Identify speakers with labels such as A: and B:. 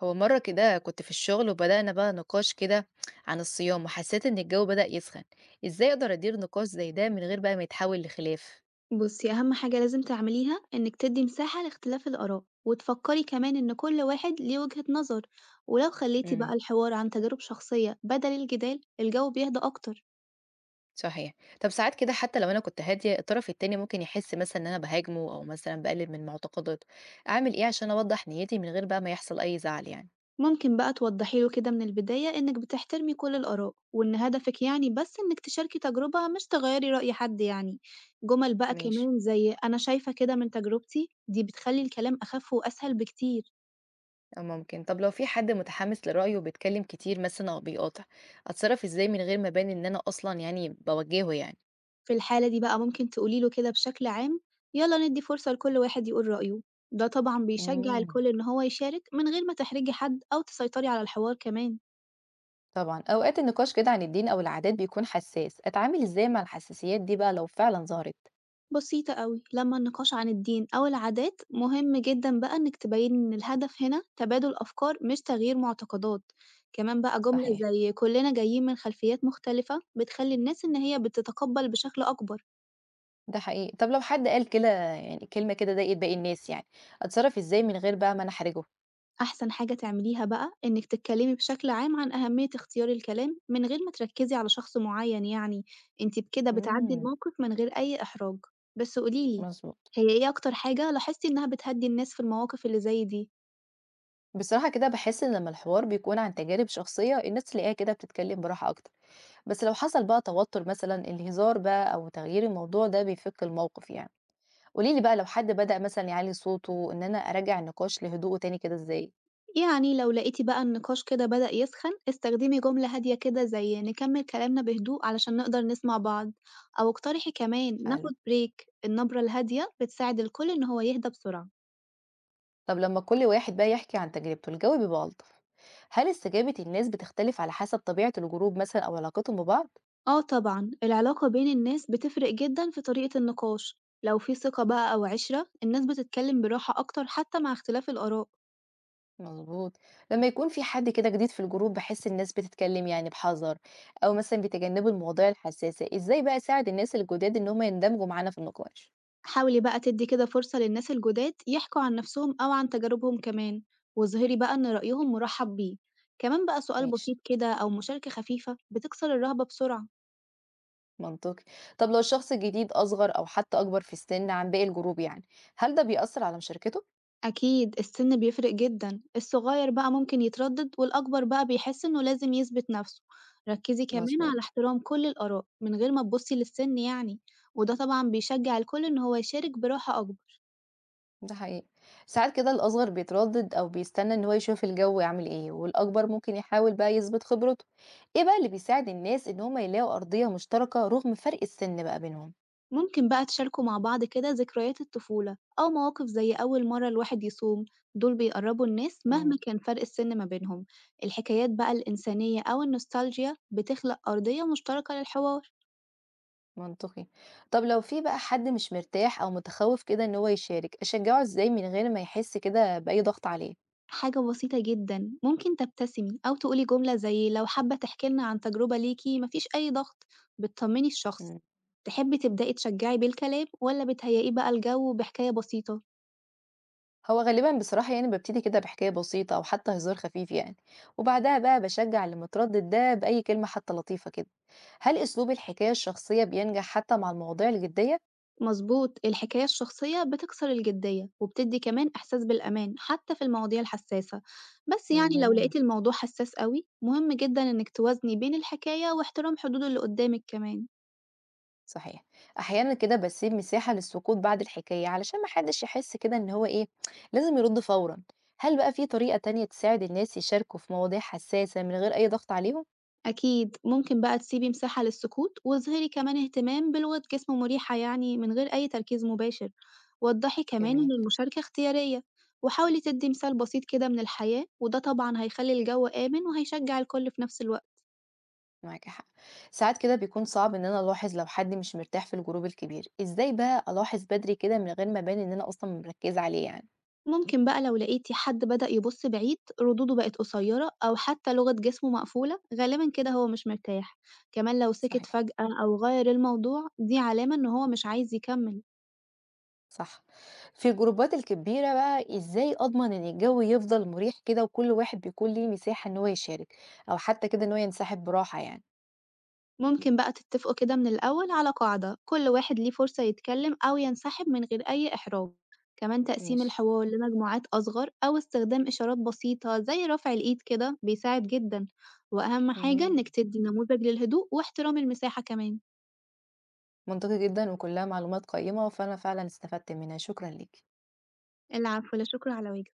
A: هو مرة كده كنت في الشغل وبدأنا بقى نقاش كده عن الصيام وحسيت إن الجو بدأ يسخن. إزاي أقدر أدير نقاش زي ده من غير بقى ما يتحول لخلاف؟
B: بُصّي، أهم حاجة لازم تعمليها إنِّك تدّي مساحة لاختلاف الآراء، وتفكّري كمان إن كل واحد ليه وجهة نظر، ولو خلّيتِ
A: امم
B: بقى الحوار عن تجارب شخصية بدل الجدال، الجو بيهدى أكتر.
A: صحيح. طب ساعات كده حتى لو أنا كنت هادية الطرف التاني ممكن يحس مثلا إن أنا بهاجمه أو مثلا بقلل من معتقداته، أعمل إيه عشان أوضح نيتي من غير بقى ما يحصل أي زعل يعني؟
B: ممكن بقى توضّحي له كده من البداية إنِّك بتحترمي كل الآراء، وإن هدفِك يعني بس إنِّك تشاركي تجربة مش تغيّري رأي حد يعني. جُمل بقى
A: ماشي.
B: كمان زي أنا شايفة كده من تجربتي، دي بتخلّي الكلام أخف وأسهل بكتير.
A: أو ممكن طب لو في حد متحمس لرأيه وبيتكلم كتير مثلا أو بيقاطع، أتصرف إزاي من غير ما أبان إن أنا أصلا يعني بوجهه يعني؟
B: في الحالة دي بقى ممكن تقولي له كده بشكل عام، يلا ندي فرصة لكل واحد يقول رأيه. ده طبعا بيشجع
A: مم.
B: الكل إن هو يشارك من غير ما تحرجي حد أو تسيطري على الحوار كمان.
A: طبعًا، أوقات النقاش كده عن الدين أو العادات بيكون حساس، أتعامل إزاي مع الحساسيات دي بقى لو فعلًا ظهرت؟
B: بسيطة أوي، لما النقاش عن الدين أو العادات مهم جدا بقى إنك تبين إن الهدف هنا تبادل أفكار مش تغيير معتقدات. كمان بقى جملة
A: صحيح.
B: زي كلنا جايين من خلفيات مختلفة بتخلي الناس إن هي بتتقبل بشكل أكبر.
A: ده حقيقي، طب لو حد قال كده يعني كلمة كده ضايقت باقي الناس يعني، أتصرف إزاي من غير بقى ما أنا أحرجه؟
B: أحسن حاجة تعمليها بقى إنك تتكلمي بشكل عام عن أهمية اختيار الكلام من غير ما تركزي على شخص معين يعني. انتي بكده بتعدي
A: إمم،
B: الموقف من غير أي إحراج. بس قوليلي،
A: مضبوط،
B: هي إيه أكتر حاجة لاحظتي إنها بتهدي الناس في المواقف اللي زي دي؟
A: بصراحة كده باحس إن لمّا الحوار بيكون عن تجارب شخصية الناس تلاقيها كده بتتكلم براحة أكتر، بس لو حصل بقى توتر مثلًا الهزار بقى أو تغيير الموضوع ده بيفك الموقف يعني، قولي لي بقى لو حد بدأ مثلًا يعلي صوته إن أنا أراجع النقاش لهدوءه تاني كده إزاي؟
B: يعني لو لقيتي بقى النقاش كده بدأ يسخن، استخدمي جملة هادية كده زي نكمل كلامنا بهدوء علشان نقدر نسمع بعض، أو اقترحي كمان
A: حلو.
B: ناخد بريك. النبرة الهادية بتساعد الكل إن هو يهدى بسرعة.
A: طب لما كل واحد بقى يحكي عن تجربته الجو بيبقى ألطف، هل استجابة الناس بتختلف على حسب طبيعة الجروب مثلا أو علاقتهم ببعض؟
B: آه طبعًا، العلاقة بين الناس بتفرق جدًا في طريقة النقاش، لو في ثقة بقى أو عِشرة الناس بتتكلم براحة أكتر حتى مع اختلاف الآراء.
A: مظبوط. لما يكون في حد كده جديد في الجروب بحس الناس بتتكلم يعني بحذر أو مثلا بيتجنبوا المواضيع الحساسة، إزاي بقى أساعد الناس الجداد إن هم يندمجوا معانا في النقاش؟
B: حاولي بقى تدي كده فرصة للناس الجداد يحكوا عن نفسهم أو عن تجاربهم كمان، واظهري بقى إن رأيهم مرحب بيه، كمان بقى سؤال
A: ماشي،
B: بسيط كده أو مشاركة خفيفة بتكسر الرهبة بسرعة.
A: منطقي. طب لو الشخص الجديد أصغر أو حتى أكبر في السن عن باقي الجروب يعني، هل ده بيأثر على مشاركته؟
B: أكيد السن بيفرق جدًا، الصغير بقى ممكن يتردد والأكبر بقى بيحس إنه لازم يثبت نفسه، ركّزي كمان
A: مظبوط.
B: على احترام كل الآراء من غير ما تبُصّي للسن يعني، وده طبعًا بيشجّع الكل إن هو يشارك براحة أكبر.
A: ده حقيقي. ساعات كده الأصغر بيتردد أو بيستنى إن هو يشوف الجو عامل إيه والأكبر ممكن يحاول بقى يثبت خبرته. إيه بقى اللي بيساعد الناس إن هما يلاقوا أرضية مشتركة رغم فرق السن بقى بينهم؟
B: ممكن بقى تشاركوا مع بعض كده ذكريات الطفولة أو مواقف زي أول مرة الواحد يصوم، دول بيقرّبوا الناس مهما
A: امم
B: كان فرق السن ما بينهم. الحكايات بقى الإنسانية أو النوستالجيا بتخلق أرضية مشتركة للحوار.
A: منطقي. طب لو في بقى حد مش مرتاح أو متخوف كده إن هو يشارك، أشجعه إزاي من غير ما يحس كده بأي ضغط عليه؟
B: حاجة بسيطة جدًا، ممكن تبتسمي أو تقولي جملة زي لو حابة تحكي لنا عن تجربة ليكِ ما فيش أي ضغط، بتطمني الشخص.
A: إمم.
B: تحبي تبدئي تشجعي بالكلام والّا بتهيئيه بقى الجو بحكاية بسيطة؟
A: هو غالبا بصراحة يعني ببتدي كده بحكاية بسيطة أو حتى هزار خفيف يعني، وبعدها بقى بشجع اللي متردد ده بأي كلمة حتى لطيفة كده. هل أسلوب الحكاية الشخصية بينجح حتى مع المواضيع الجدية؟
B: مضبوط، الحكاية الشخصية بتكسر الجدية وبتدي كمان إحساس بالأمان حتى في المواضيع الحساسة، بس يعني لو
A: امم
B: لقيتي الموضوع حساس أوي، مهم جدًا إنِك توازني بين الحكاية واحترام حدود اللي قدامِك كمان.
A: صحيح. أحيانا كده بسيب مساحة للسكوت بعد الحكاية علشان محدش يحس كده إن هو إيه لازم يرد فورا. هل بقى في طريقة تانية تساعد الناس يشاركوا في مواضيع حساسة من غير أي ضغط عليهم؟
B: أكيد ممكن بقى تسيبي مساحة للسكوت واظهري كمان اهتمام بلغة جسم مريحة يعني من غير أي تركيز مباشر. وضحي كمان
A: جميل.
B: إن المشاركة اختيارية، وحاولي تدي مثال بسيط كده من الحياة، وده طبعا هيخلي الجو آمن وهيشجع الكل في نفس الوقت.
A: معاكِ حق. ساعات كده بيكون صعب إن أنا ألاحظ لو حد مش مرتاح في الجروب الكبير، إزاي بقى ألاحظ بدري كده من غير ما أبان إن أنا أصلًا مركّزة عليه يعني؟
B: ممكن بقى لو لقيتي حد بدأ يبص بعيد، ردوده بقت قصيرة أو حتى لغة جسمه مقفولة، غالبا كده هو مش مرتاح. كمان لو سكت
A: صحيح،
B: فجأة أو غير الموضوع، دي علامة إن هو مش عايز يكمل.
A: صح. في الجروبات الكبيرة بقى إزاي أضمن إن الجو يفضل مريح كده وكل واحد بيكون ليه مساحة إن هو يشارك، أو حتى كده إن هو ينسحب براحة يعني؟
B: ممكن بقى تتفقوا كده من الأول على قاعدة كل واحد ليه فرصة يتكلم أو ينسحب من غير أي إحراج، كمان تقسيم
A: ماشي،
B: الحوار لمجموعات أصغر أو استخدام إشارات بسيطة زي رفع الإيد كده بيساعد جدا، وأهم حاجة
A: إمم،
B: إنك تدي نموذج للهدوء واحترام المساحة كمان.
A: منطقي جدًا وكلها معلومات قيّمة، فأنا فعلًا استفدت منها، شكرًا ليكِ.
B: العفو، لا شكر على واجب.